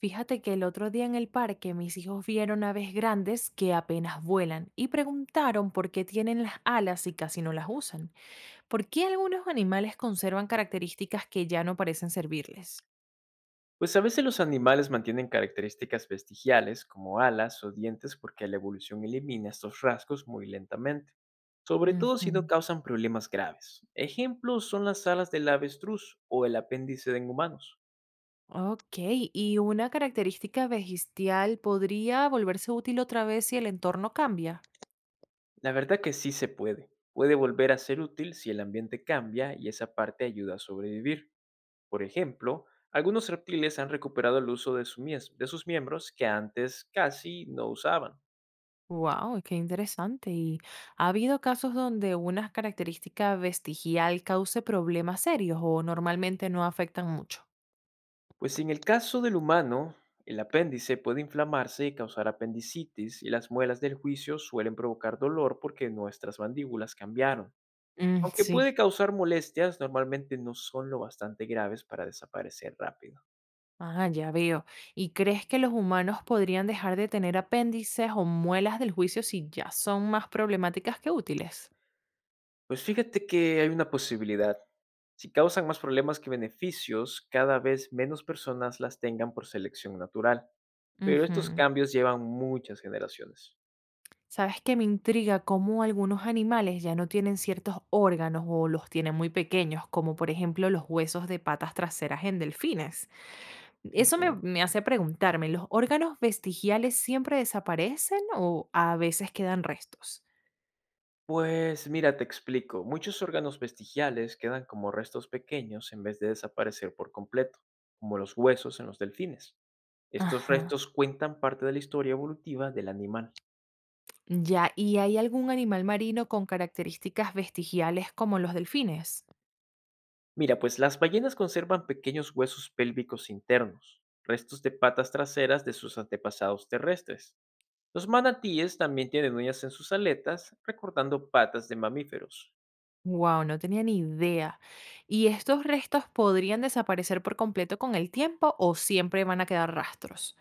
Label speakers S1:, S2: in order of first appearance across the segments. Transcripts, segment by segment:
S1: Fíjate que el otro día en el parque mis hijos vieron aves grandes que apenas vuelan y preguntaron por qué tienen las alas y casi no las usan. ¿Por qué algunos animales conservan características que ya no parecen servirles?
S2: Pues a veces los animales mantienen características vestigiales como alas o dientes porque la evolución elimina estos rasgos muy lentamente, sobre todo si no
S1: Ujú.
S2: causan problemas graves. Ejemplos son las alas del avestruz o el apéndice de humanos.
S1: Ok, ¿y una característica vestigial podría volverse útil otra vez si el entorno cambia?
S2: La verdad que sí se puede. Puede volver a ser útil si el ambiente cambia y esa parte ayuda a sobrevivir. Por ejemplo, algunos reptiles han recuperado el uso de de sus miembros que antes casi no usaban.
S1: Wow, qué interesante. ¿Y ha habido casos donde una característica vestigial cause problemas serios o normalmente no afectan mucho?
S2: Pues si en el caso del humano, el apéndice puede inflamarse y causar apendicitis, y las muelas del juicio suelen provocar dolor porque nuestras mandíbulas cambiaron.
S1: Mm,
S2: Aunque
S1: sí.
S2: puede causar molestias, normalmente no son lo bastante graves para desaparecer rápido.
S1: Ah, ya veo. ¿Y crees que los humanos podrían dejar de tener apéndices o muelas del juicio si ya son más problemáticas que útiles?
S2: Pues fíjate que hay una posibilidad. Si causan más problemas que beneficios, cada vez menos personas las tengan por selección natural. Pero estos
S1: Ujú.
S2: cambios llevan muchas generaciones.
S1: ¿Sabes qué me intriga cómo algunos animales ya no tienen ciertos órganos o los tienen muy pequeños, como por ejemplo los huesos de patas traseras en delfines? Eso me,
S2: Ujú.
S1: me hace preguntarme, ¿los órganos vestigiales siempre desaparecen o a veces quedan restos?
S2: Pues mira, te explico. Muchos órganos vestigiales quedan como restos pequeños en vez de desaparecer por completo, como los huesos en los delfines. Estos
S1: Ajá.
S2: restos cuentan parte de la historia evolutiva del animal.
S1: Ya, ¿y hay algún animal marino con características vestigiales como los delfines?
S2: Mira, pues las ballenas conservan pequeños huesos pélvicos internos, restos de patas traseras de sus antepasados terrestres. Los manatíes también tienen uñas en sus aletas, recordando patas de mamíferos.
S1: Wow, no tenía ni idea. ¿Y estos restos podrían desaparecer por completo con el tiempo o siempre van a quedar rastros?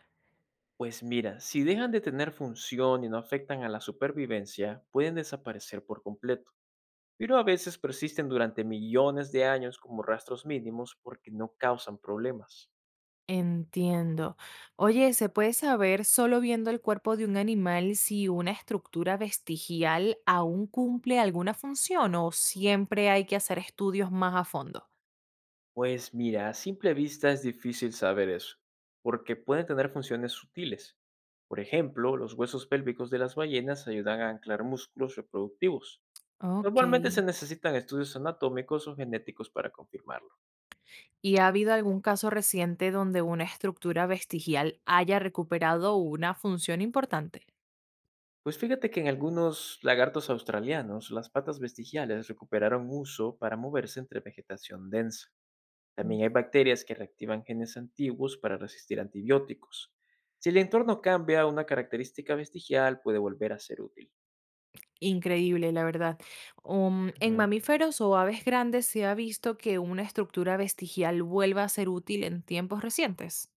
S2: Pues mira, si dejan de tener función y no afectan a la supervivencia, pueden desaparecer por completo, pero a veces persisten durante millones de años como rastros mínimos porque no causan problemas.
S1: Entiendo. Oye, ¿se puede saber solo viendo el cuerpo de un animal si una estructura vestigial aún cumple alguna función o siempre hay que hacer estudios más a fondo?
S2: Pues mira, a simple vista es difícil saber eso, porque pueden tener funciones sutiles. Por ejemplo, los huesos pélvicos de las ballenas ayudan a anclar músculos reproductivos.
S1: Ok.
S2: Normalmente se necesitan estudios anatómicos o genéticos para confirmarlo.
S1: ¿Y ha habido algún caso reciente donde una estructura vestigial haya recuperado una función importante?
S2: Pues fíjate que en algunos lagartos australianos las patas vestigiales recuperaron uso para moverse entre vegetación densa.
S1: Mm.
S2: También hay bacterias que reactivan genes antiguos para resistir antibióticos. Si el entorno cambia, una característica vestigial puede volver a ser útil.
S1: Increíble, la verdad. En
S2: Ujú.
S1: mamíferos o aves grandes se ha visto que una estructura vestigial vuelva a ser útil en tiempos recientes.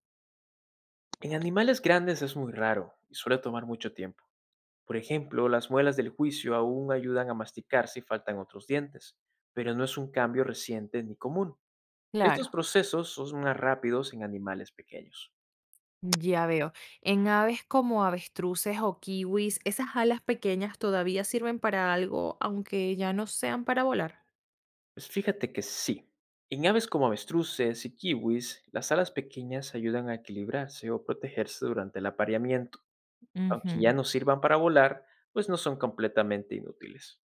S2: En animales grandes es muy raro y suele tomar mucho tiempo. Por ejemplo, las muelas del juicio aún ayudan a masticar si faltan otros dientes, pero no es un cambio reciente ni común.
S1: Claro,
S2: Estos procesos son más rápidos en animales pequeños.
S1: ya veo. En aves como avestruces o kiwis, esas alas pequeñas todavía sirven para algo, aunque ya no sean para volar.
S2: Pues fíjate que sí. En aves como avestruces y kiwis, las alas pequeñas ayudan a equilibrarse o protegerse durante el apareamiento. Aunque ya
S1: Ujú.
S2: no sirvan para volar, pues no son completamente inútiles.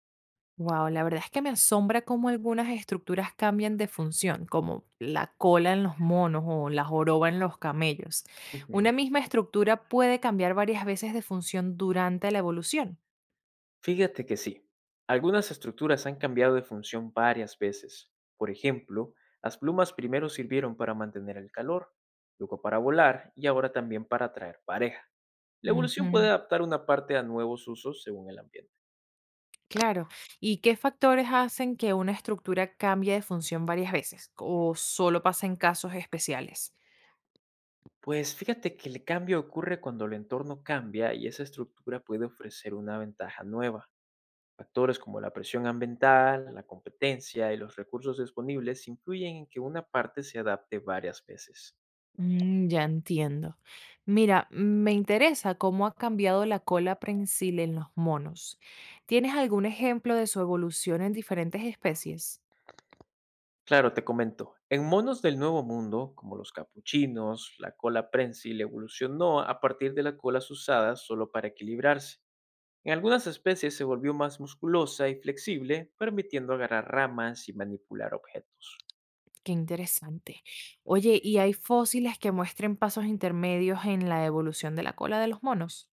S1: Wow, la verdad es que me asombra cómo algunas estructuras cambian de función, como la cola en los monos o la joroba en los camellos. Una
S2: Ujú.
S1: misma estructura puede cambiar varias veces de función durante la evolución.
S2: Fíjate que sí. Algunas estructuras han cambiado de función varias veces. Por ejemplo, las plumas primero sirvieron para mantener el calor, luego para volar y ahora también para atraer pareja. La evolución puede
S1: Ujú,
S2: adaptar una parte a nuevos usos según el ambiente.
S1: claro. ¿Y qué factores hacen que una estructura cambie de función varias veces? ¿O solo pasa en casos especiales?
S2: Pues fíjate que el cambio ocurre cuando el entorno cambia y esa estructura puede ofrecer una ventaja nueva. Factores como la presión ambiental, la competencia y los recursos disponibles influyen en que una parte se adapte varias veces.
S1: Mm, ya entiendo. Mira, me interesa cómo ha cambiado la cola prensil en los monos. ¿Tienes algún ejemplo de su evolución en diferentes especies?
S2: Claro, te comento, en monos del Nuevo Mundo, como los capuchinos, la cola prensil evolucionó a partir de las colas usadas solo para equilibrarse. En algunas especies se volvió más musculosa y flexible, permitiendo agarrar ramas y manipular objetos.
S1: Qué interesante. Oye, ¿y hay fósiles que muestren pasos intermedios en la evolución de la cola de los monos?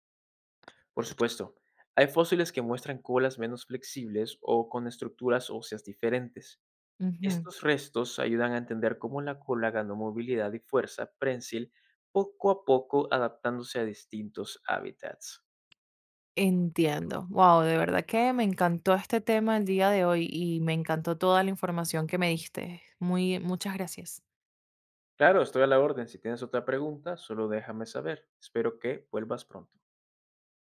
S2: Por supuesto, hay fósiles que muestran colas menos flexibles o con estructuras óseas diferentes.
S1: Ujú.
S2: Estos restos ayudan a entender cómo la cola ganó movilidad y fuerza prensil poco a poco adaptándose a distintos hábitats.
S1: Entiendo. Wow, de verdad que me encantó este tema el día de hoy y me encantó toda la información que me diste. Muy, muchas gracias.
S2: Claro, estoy a la orden. Si tienes otra pregunta, solo déjame saber. Espero que vuelvas pronto.